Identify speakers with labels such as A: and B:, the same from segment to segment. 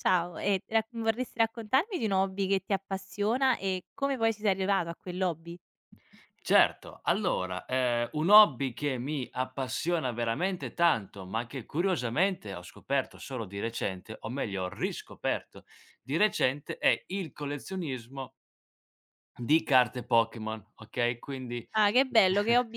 A: Ciao, e rac vorresti raccontarmi di un hobby che ti appassiona e come poi ci sei arrivato a quell'hobby?
B: Certo, allora, un hobby che mi appassiona veramente tanto, ma che curiosamente ho scoperto solo di recente, o meglio ho riscoperto di recente, è il collezionismo di carte Pokémon, okay, quindi.
A: Ah, che bello, che hobby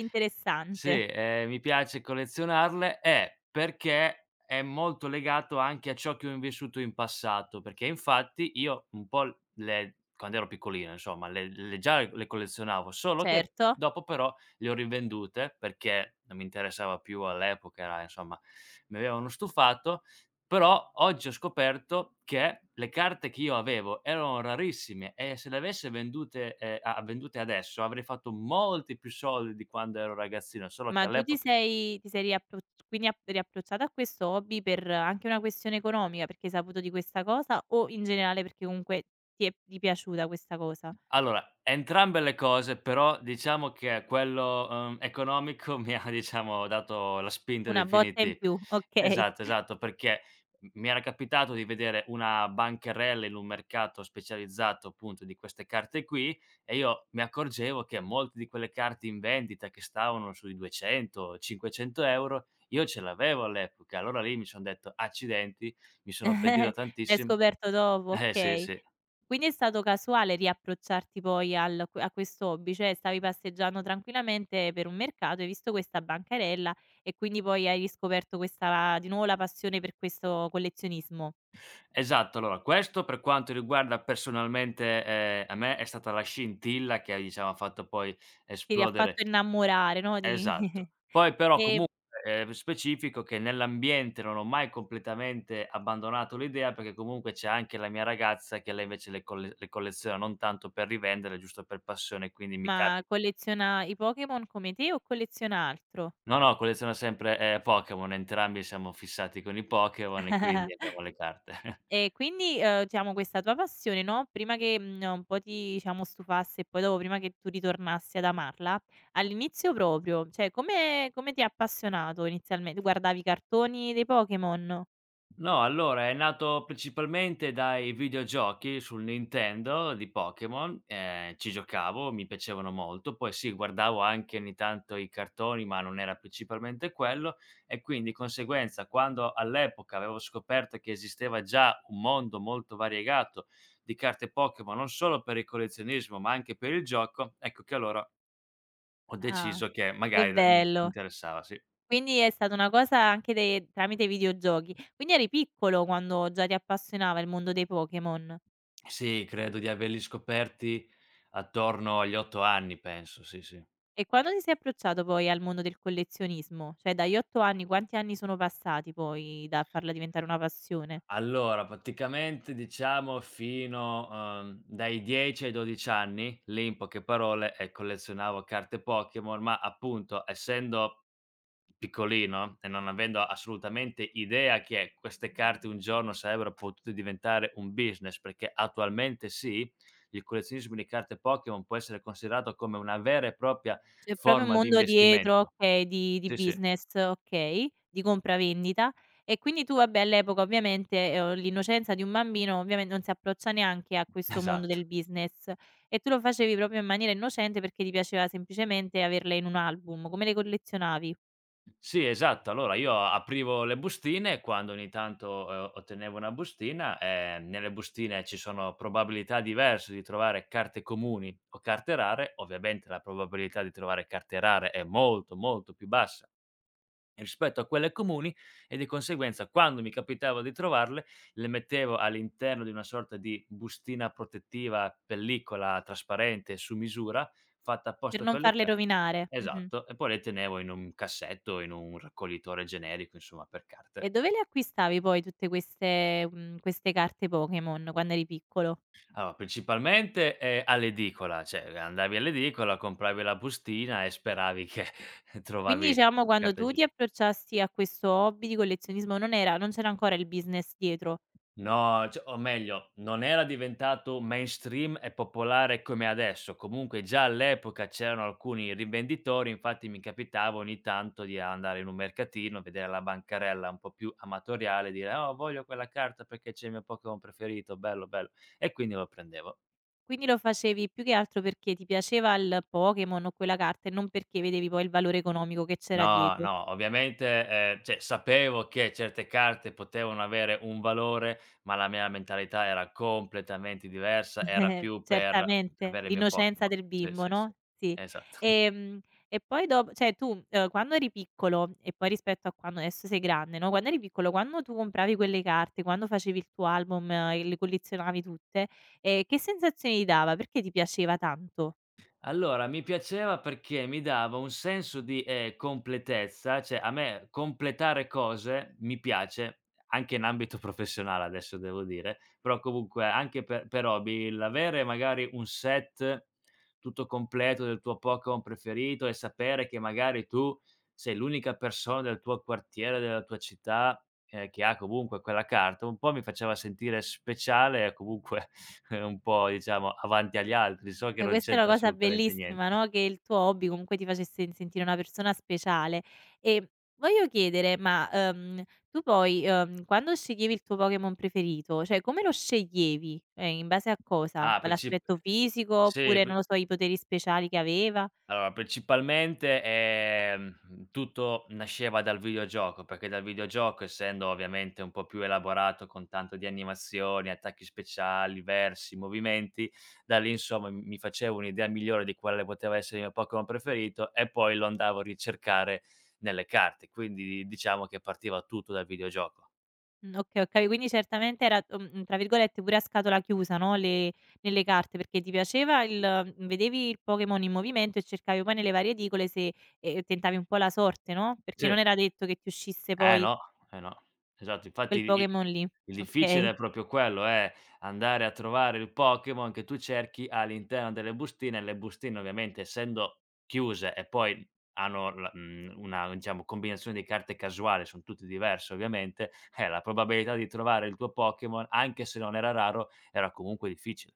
B: Sì,
A: interessante.
B: mi piace collezionarle è perché è molto legato anche a ciò che ho in vissuto in passato, perché infatti io un po' l le quando ero piccolino insomma, le già le collezionavo, solo che
A: Certo,
B: dopo però le ho rivendute perché non mi interessava più all'epoca, era insomma mi avevano stufato però oggi ho scoperto che le carte che io avevo erano rarissime e se le avesse vendute adesso avrei fatto molti più soldi di quando ero ragazzino, solo che
A: ma tu
B: all'epoca.
A: ti sei riappro quindi ap riapprocciato a questo hobby per anche una questione economica, perché hai saputo di questa cosa o in generale perché comunque ti è p di piaciuta questa cosa?
B: Allora, entrambe le cose, però diciamo che quello, economico mi ha diciamo dato la spinta
A: Una botta in
B: definitiv.
A: più, okay.
B: Esatto, esatto, perché m mi era capitato di vedere una bancarella in un mercato specializzato appunto di queste carte qui e io mi accorgevo che molte di quelle carte in vendita che stavano sui 200, 500 €, io ce l'avevo all'epoca. Allora lì mi son detto: "Accidenti", mi sono pentito
A: L'hai
B: tantissimo.
A: scoperto dopo,
B: Eh sì,
A: okay.
B: sì.
A: Quindi è stato casuale riapprocciarti poi al a questo hobby, cioè stavi passeggiando tranquillamente per un mercato, hai visto questa bancarella e quindi poi hai riscoperto questa di nuovo la passione per questo collezionismo.
B: Esatto, allora questo per quanto riguarda personalmente, a me è stata la scintilla che, diciamo, ha fatto poi
A: Ti ri ha fatto
B: esplodere.
A: innamorare, no, di
B: Esatto. Poi però
A: e
B: comunque, specifico che nell'ambiente non ho mai completamente abbandonato l'idea, perché comunque c'è anche la mia ragazza che lei invece le colleziona non tanto per rivendere, giusto per passione, quindi mi
A: ma
B: capita.
A: colleziona i Pokémon come te o colleziona altro?
B: No, no, colleziona sempre, Pokémon, entrambi siamo fissati con i Pokémon e quindi abbiamo le carte.
A: E quindi, diciamo questa tua passione, no, prima che, un po' ti diciamo stufasse e poi dopo prima che tu ritornassi ad amarla, all'inizio proprio, cioè come ti ha appassionato inizialme tu guardavi i cartoni dei Pokémon?
B: No, allora è nato principalmente dai videogiochi sul Nintendo di Pokémon, ci giocavo, mi piacevano molto, poi sì, guardavo anche ogni tanto i cartoni, ma non era principalmente quello e quindi conseguenza quando all'epoca avevo scoperto che esisteva già un mondo molto variegato di carte Pokémon, non solo per il collezionismo, ma anche per il gioco, ecco che allora ho
A: Ah,
B: deciso che
A: che
B: magari da mi
A: bello.
B: interessava, sì.
A: Quindi è stata una cosa anche de tramite videogiochi. Quindi eri piccolo quando già ti appassionava il mondo dei Pokémon.
B: Sì, credo di averli scoperti attorno agli 8 anni penso, sì, sì.
A: E quando ti sei approcciato poi al mondo del collezionismo? Cioè dagli 8 anni, quanti anni sono passati poi da farla diventare una passione?
B: Allora, praticamente diciamo fino, dai 10 ai 12 anni, lì in poche parole, collezionavo carte Pokémon, ma appunto essendo piccolino e non avendo assolutamente idea che queste carte un giorno sarebbero potute diventare un business, perché attualmente sì, il collezionismo di carte Pokémon può essere considerato come una vera e propria
A: C'è proprio un
B: forma di
A: mondo dietro,
B: investimento.
A: okay, di
B: Sì, sì,
A: business, okay, di compravendita. E quindi tu vabbè all'epoca ovviamente, l'innocenza di un bambino ovviamente non si approccia neanche a questo mondo
B: esatto.
A: del business e tu lo facevi proprio in maniera innocente perché ti piaceva semplicemente averle in un album. Come le collezionavi?
B: Sì, esatto. Allora io aprivo le bustine e quando ogni tanto, ottenevo una bustina, nelle bustine ci sono probabilità diverse di trovare carte comuni o carte rare. Ovviamente la probabilità di trovare carte rare è molto, molto più bassa rispetto a quelle comuni e di conseguenza quando mi capitava di trovarle, le mettevo all'interno di una sorta di bustina protettiva, pellicola trasparente su misura, fatta
A: Per
B: apposta
A: non
B: per le
A: farle
B: car.
A: rovinare. Mh-mh.
B: Esatto, e poi le tenevo in un cassetto, in un raccoglitore generico, insomma, per
A: E
B: carte.
A: dove le acquistavi poi tutte queste queste carte Pokémon quando eri piccolo?
B: Allora, principalmente, all'edicola, cioè andavi all'edicola, compravi la bustina e speravi che
A: Quindi
B: trovavi
A: diciamo quando
B: carte
A: tu ti
B: gius.
A: approcciasti a questo hobby di collezionismo non c'era ancora il business dietro,
B: No, cioè o meglio, non era diventato mainstream e popolare come adesso. Comunque già all'epoca c'erano alcuni rivenditori, infatti mi capitava ogni tanto di andare in un mercatino, vedere la bancarella un po' più amatoriale, dire: "Oh, voglio quella carta perché c'è il mio Pokémon preferito, bello, bello." E quindi lo prendevo.
A: quindi lo facevi più che altro perché ti piaceva il Pokémon o quella carta e non perché vedevi poi il valore economico che c'era
B: No,
A: dietro.
B: no, ovviamente, cioè sapevo che certe carte potevano avere un valore, ma la mia mentalità era completamente diversa, era più per
A: Certamente,
B: avere il mio
A: l'innocenza
B: Pokémon.
A: del
B: Sì,
A: bimbo,
B: sì, sì,
A: no, sì.
B: esatto.
A: Ehm, e poi dop cioè tu, quando eri piccolo e poi rispetto a quando adesso sei grande, no, quando eri piccolo, quando tu compravi quelle carte, quando facevi il tuo album e le collezionavi tutte, che sensazioni ti dava? Perché ti piaceva tanto?
B: Allora, mi piaceva perché mi dava un senso di, completezza, cioè a me completare cose mi piace, anche in ambito professionale adesso devo dire, però comunque anche per hobby l'avere magari un set tutto completo del tuo Pokémon preferito e sapere che magari tu sei l'unica persona del tuo quartiere, della tua città, che ha comunque quella carta, un po' mi faceva sentire speciale e comunque. È un po' diciamo avanti agli altri, so che
A: E
B: non
A: questa è una
B: c'entra
A: cosa
B: assolutamente
A: bellissima,
B: niente.
A: no, che il tuo hobby comunque ti facesse in sentire una persona speciale. E voglio chiedere, ma, tu poi, quando sceglievi il tuo Pokémon preferito, cioè come lo sceglievi? In base a cosa?
B: Ah, princip
A: L'aspetto fisico
B: sì,
A: oppure,
B: pr
A: non lo so, i poteri speciali che aveva?
B: allora principalmente, tutto nasceva dal videogioco, perché dal videogioco, essendo ovviamente un po' più elaborato con tanto di animazioni, attacchi speciali, versi, movimenti, da lì insomma m mi facevo un'idea migliore di quale poteva essere il mio Pokémon preferito e poi lo andavo a ricercare nelle carte, quindi diciamo che partiva tutto dal videogioco.
A: Okay, quindi certamente era, tra virgolette pure a scatola chiusa, no, le nelle carte, perché ti piaceva il vedevi il Pokémon in movimento e cercavi poi nelle varie edicole se tentavi un po' la sorte, no, perché non
B: Sì.
A: era detto che ti uscisse
B: Eh
A: poi
B: no, eh no. Esatto, infatti
A: quel
B: i
A: Pokémon lì.
B: il difficile
A: Okay.
B: è proprio quello, è andare a trovare il Pokémon che tu cerchi all'interno delle bustine, e le bustine ovviamente essendo chiuse e poi hanno una diciamo combinazione di carte casuale, son tutte diverse ovviamente, la probabilità di trovare il tuo Pokémon, anche se non era raro, era comunque difficile.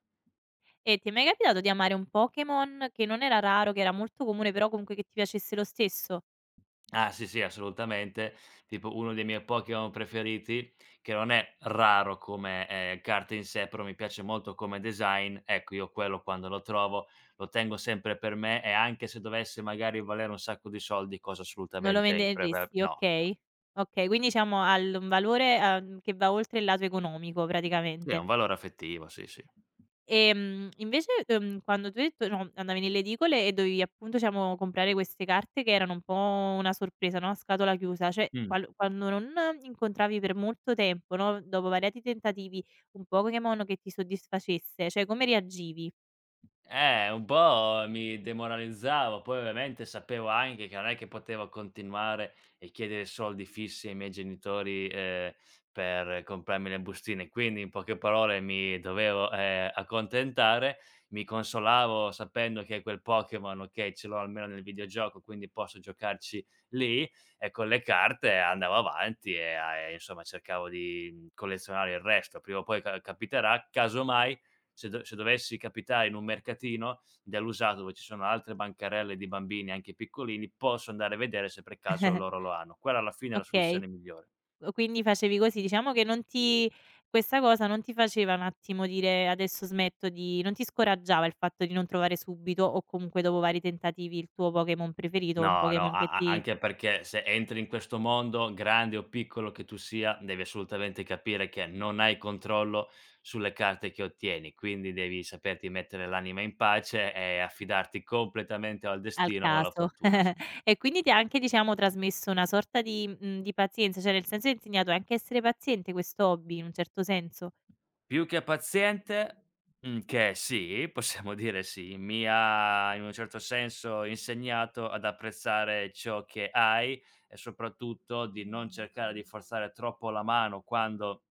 A: E ti è mai capitato di amare un Pokémon che non era raro, che era molto comune, però comunque che ti piacesse lo stesso?
B: Ah sì, sì, assolutamente. Tipo uno dei miei Pokémon preferiti, che non è raro come, carta in sé, però mi piace molto come design, ecco io quello quando lo trovo lo tengo sempre per me e anche se dovesse magari valere un sacco di soldi, cosa
A: Non lo
B: assolutamente impreve.
A: venderesti,
B: No, no.
A: okay. Okay, quindi diciamo ha l un valore, che va oltre il lato economico
B: Sì, ha
A: praticamente.
B: un valore affettivo, sì, sì.
A: Invece, quando tu hai detto no, andavi nelle edicole e dovevi appunto, diciamo, comprare queste carte che erano un po' una sorpresa, no, a scatola chiusa, cioè
B: Mh.
A: qual quando non incontravi per molto tempo, no, dopo variati tentativi, un Pokémon che ti soddisfacesse, cioè come reagivi?
B: Un po' mi demoralizzavo, poi ovviamente sapevo anche che non è che potevo continuare e chiedere soldi fissi ai miei genitori, per comprarmi le bustine, quindi in poche parole mi dovevo, accontentare. Mi consolavo sapendo che quel Pokémon, okay, ce l'ho almeno nel videogioco, quindi posso giocarci lì, e con le carte andavo avanti e insomma cercavo di, collezionare il resto. Prima o poi ca capiterà, casomai se dovessi capitare in un mercatino dell'usato dove ci sono altre bancarelle di bambini, anche piccolini, posso andare a vedere se per caso loro lo hanno. Quella alla fine è la
A: Okay.
B: soluzione migliore.
A: O quindi facevi così, diciamo che non ti questa cosa non ti faceva un attimo dire: "Adesso smetto di", non ti scoraggiava il fatto di non trovare subito o comunque dopo vari tentativi il tuo Pokémon preferito, un
B: No, no,
A: Pokémon che
B: a a
A: ti
B: anche perché se entri in questo mondo, grande o piccolo che tu sia, devi assolutamente capire che non hai controllo sulle carte che ottieni, quindi devi saperti mettere l'anima in pace e affidarti completamente o al
A: al
B: destino o alla
A: caso.
B: fortuna s.
A: E quindi ti ha anche, diciamo, trasmesso una sorta di di pazienza, cioè nel senso ti ha insegnato anche a essere paziente questo hobby, in un certo senso.
B: Più che paziente, che sì, possiamo dire sì, mi ha in un certo senso insegnato ad apprezzare ciò che hai e soprattutto di non cercare di forzare troppo la mano quando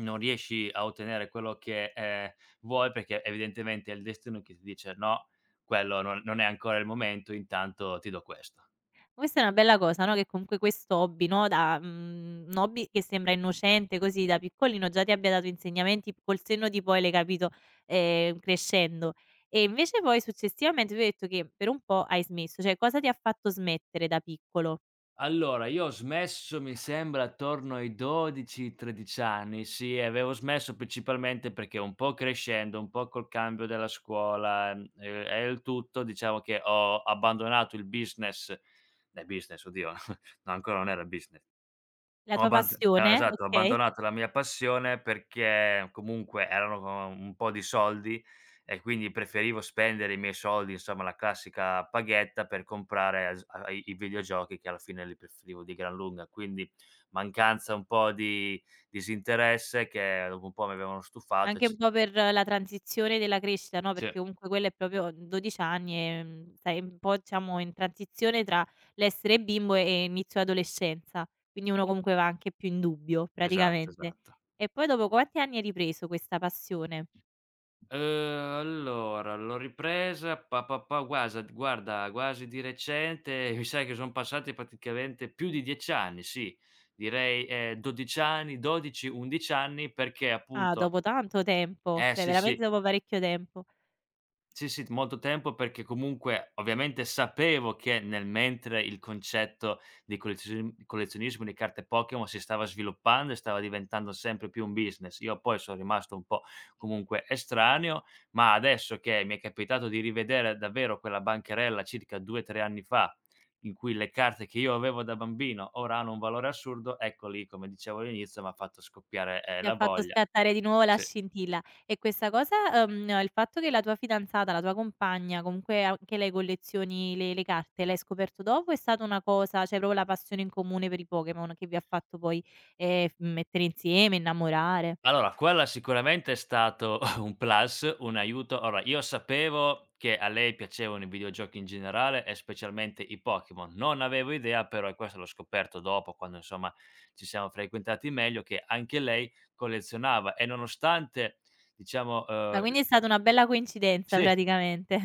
B: non riesci a ottenere quello che, vuoi, perché evidentemente è il destino che ti dice: "No, quello non è ancora il momento, intanto ti do questo".
A: Questa è una bella cosa, no, che comunque questo hobby, no, da un hobby che sembra innocente così da piccolino, già ti abbia dato insegnamenti col senno di poi l'hai capito, crescendo. E invece poi successivamente tu hai detto che per un po' hai smesso, cioè cosa ti ha fatto smettere da piccolo?
B: Allora, io ho smesso mi sembra attorno ai 12, 13 anni, sì, e avevo smesso principalmente perché un po' crescendo, un po' col cambio della scuola, e il tutto, diciamo che ho abbandonato il business, business oddio, no ancora non era business
A: La
B: ho
A: tua
B: abbant
A: passione,
B: esatto, ho
A: okay.
B: abbandonato la mia passione perché comunque erano un po' di soldi e quindi preferivo spendere i miei soldi, insomma la classica paghetta per comprare as a i i videogiochi che alla fine li preferivo di gran lunga. Quindi mancanza un po' di disinteresse che dopo un po' mi avevano stufato e
A: Anche
B: c
A: un po' per la transizione della crescita, no,
B: sì,
A: perché comunque quella è proprio 12 anni, stai un po' diciamo in transizione tra l'essere bimbo e inizio adolescenza, quindi uno comunque va anche più in dubbio
B: esatto,
A: praticamente.
B: esatto.
A: E poi dopo quanti anni hai ripreso questa passione?
B: Allora l'ho ripresa pa pa pa guasa guarda quasi di recente, mi sa che son passati praticamente più di 10 anni, sì, direi, 12 anni, 12, 11 anni perché
A: Ah,
B: appunto.
A: dopo tanto tempo,
B: Eh
A: cioè
B: sì,
A: veramente
B: sì.
A: dopo parecchio tempo.
B: Sì, sì, molto tempo perché comunque ovviamente sapevo che nel mentre il concetto di collezionismo di carte Pokémon si stava sviluppando e stava diventando sempre più un business. Io poi sono rimasto un po' comunque estraneo, ma adesso che mi è capitato di rivedere davvero quella bancherella circa 2, 3 anni fa, in cui le carte che io avevo da bambino ora hanno un valore assurdo, ecco lì, come dicevo all'inizio, m'ha fatto scoppiare,
A: Ti ha
B: la
A: fatto
B: voglia.
A: scattare di nuovo la
B: Sì.
A: scintilla. E questa cosa il fatto che la tua fidanzata, la tua compagna, comunque anche lei collezioni le carte, l'hai scoperto dopo? È stata una cosa cioè proprio la passione in comune per i Pokémon che vi ha fatto poi, f mettere insieme, innamorare.
B: Allora, quella sicuramente è stato un plus, un aiuto. Allora, io sapevo che a lei piacevano i videogiochi in generale e specialmente i Pokémon. Non avevo idea, però, e questo l'ho scoperto dopo, quando insomma ci siamo frequentati meglio, che anche lei collezionava e nonostante, diciamo,
A: Ma quindi è stata una bella coincidenza
B: sì.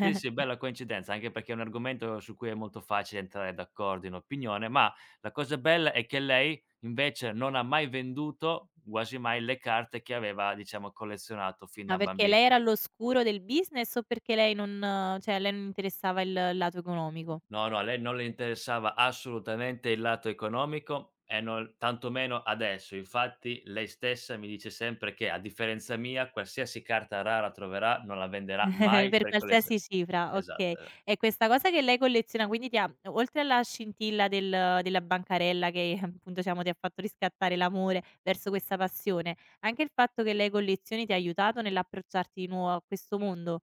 B: Sì, sì, bella coincidenza, anche perché è un argomento su cui è molto facile entrare d'accordo in opinione, ma la cosa bella è che lei invece non ha mai venduto, quasi mai, le carte che aveva, diciamo, collezionato fin
A: Ma
B: da
A: perché lei
B: bambina.
A: era all'oscuro del business o perché lei non cioè a lei non interessava il lato economico?
B: No, no, a lei non le interessava assolutamente il lato economico e non tantomeno adesso. Infatti lei stessa mi dice sempre che, a differenza mia, qualsiasi carta rara troverà non la venderà mai
A: Per
B: per collezio.
A: qualsiasi cifra, okay.
B: Esatto.
A: E questa cosa che lei colleziona, quindi ti ha oltre alla scintilla della bancarella che appunto diciamo ti ha fatto riscattare l'amore verso questa passione, anche il fatto che lei collezioni ti ha aiutato nell'approcciarti di nuovo a questo mondo?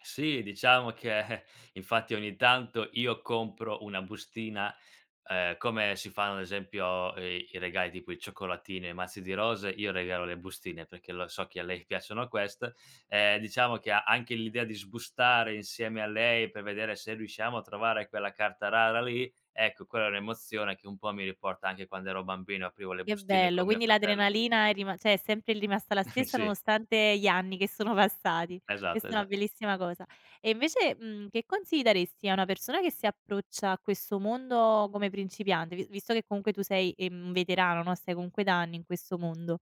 B: Sì, diciamo che infatti ogni tanto io compro una bustina, come si fanno ad esempio, i regali tipo i cioccolatini o i mazzi di rose, io regalo le bustine perché lo so che a lei piacciono queste. Diciamo che a anche l'idea di sbustare insieme a lei per vedere se riusciamo a trovare quella carta rara lì, ecco quella è un'emozione che un po' mi riporta anche quando ero bambino, aprivo le
A: Che
B: bustine
A: bello,
B: con mio
A: quindi
B: fratello.
A: l'adrenalina è rima cioè è sempre rimasta la stessa
B: Sì,
A: nonostante gli anni che sono passati.
B: esatto,
A: Questa è una
B: esa.
A: bellissima cosa. E invece, che consigli daresti a una persona che si approccia a questo mondo come principiante, vi visto che comunque tu sei, un veterano, no, stai comunque da anni in questo mondo.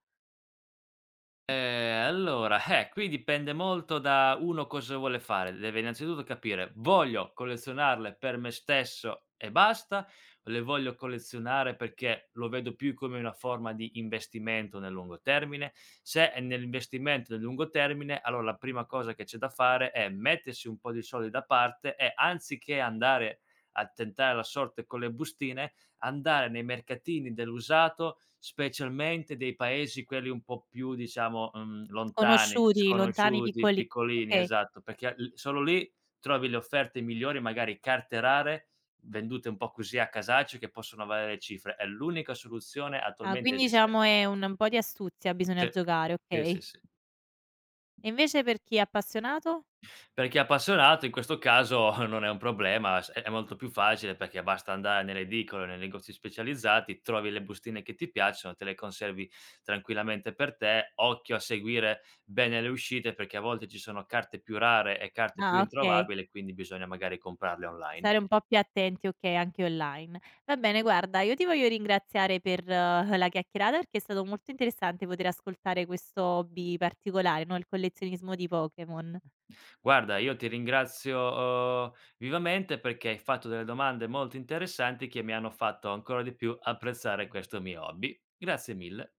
B: Allora, qui dipende molto da uno cosa vuole fare. Deve innanzitutto capire: voglio collezionarle per me stesso e basta, o le voglio collezionare perché lo vedo più come una forma di investimento nel lungo termine? Se è nell'investimento nel lungo termine, allora la prima cosa che c'è da fare è mettersi un po' di soldi da parte e anziché andare a tentare la sorte con le bustine, andare nei mercatini dell'usato, specialmente dei paesi quelli un po' più, diciamo, lontani,
A: Sconosciuti, lontani,
B: sconosciuti,
A: piccoli,
B: piccolini,
A: okay.
B: esatto, perché l solo lì trovi le offerte migliori, magari carte rare, vendute un po' così a casaccio, che possono valere cifre. È l'unica soluzione
A: Ah,
B: attualmente
A: quindi diciamo
B: esistente.
A: è un po' di astuzia bisogna
B: Sì.
A: giocare,
B: Sì, sì,
A: okay.
B: sì.
A: E invece per chi è appassionato?
B: Per chi è appassionato in questo caso non è un problema, s è molto più facile perché basta andare nelle edicole, nei negozi specializzati, trovi le bustine che ti piacciono, te le conservi tranquillamente per te. Occhio a seguire bene le uscite perché a volte ci sono carte più rare e carte più
A: Ah, okay.
B: introvabili, quindi bisogna magari comprarle
A: Stare
B: online.
A: un po' più attenti, okay, anche online. Va bene, guarda, io ti voglio ringraziare per la chiacchierata perché è stato molto interessante poter ascoltare questo hobby particolare, no, il collezionismo di Pokémon.
B: Guarda, io ti ringrazio, uhm, vivamente perché hai fatto delle domande molto interessanti che mi hanno fatto ancora di più apprezzare questo mio hobby. Grazie mille.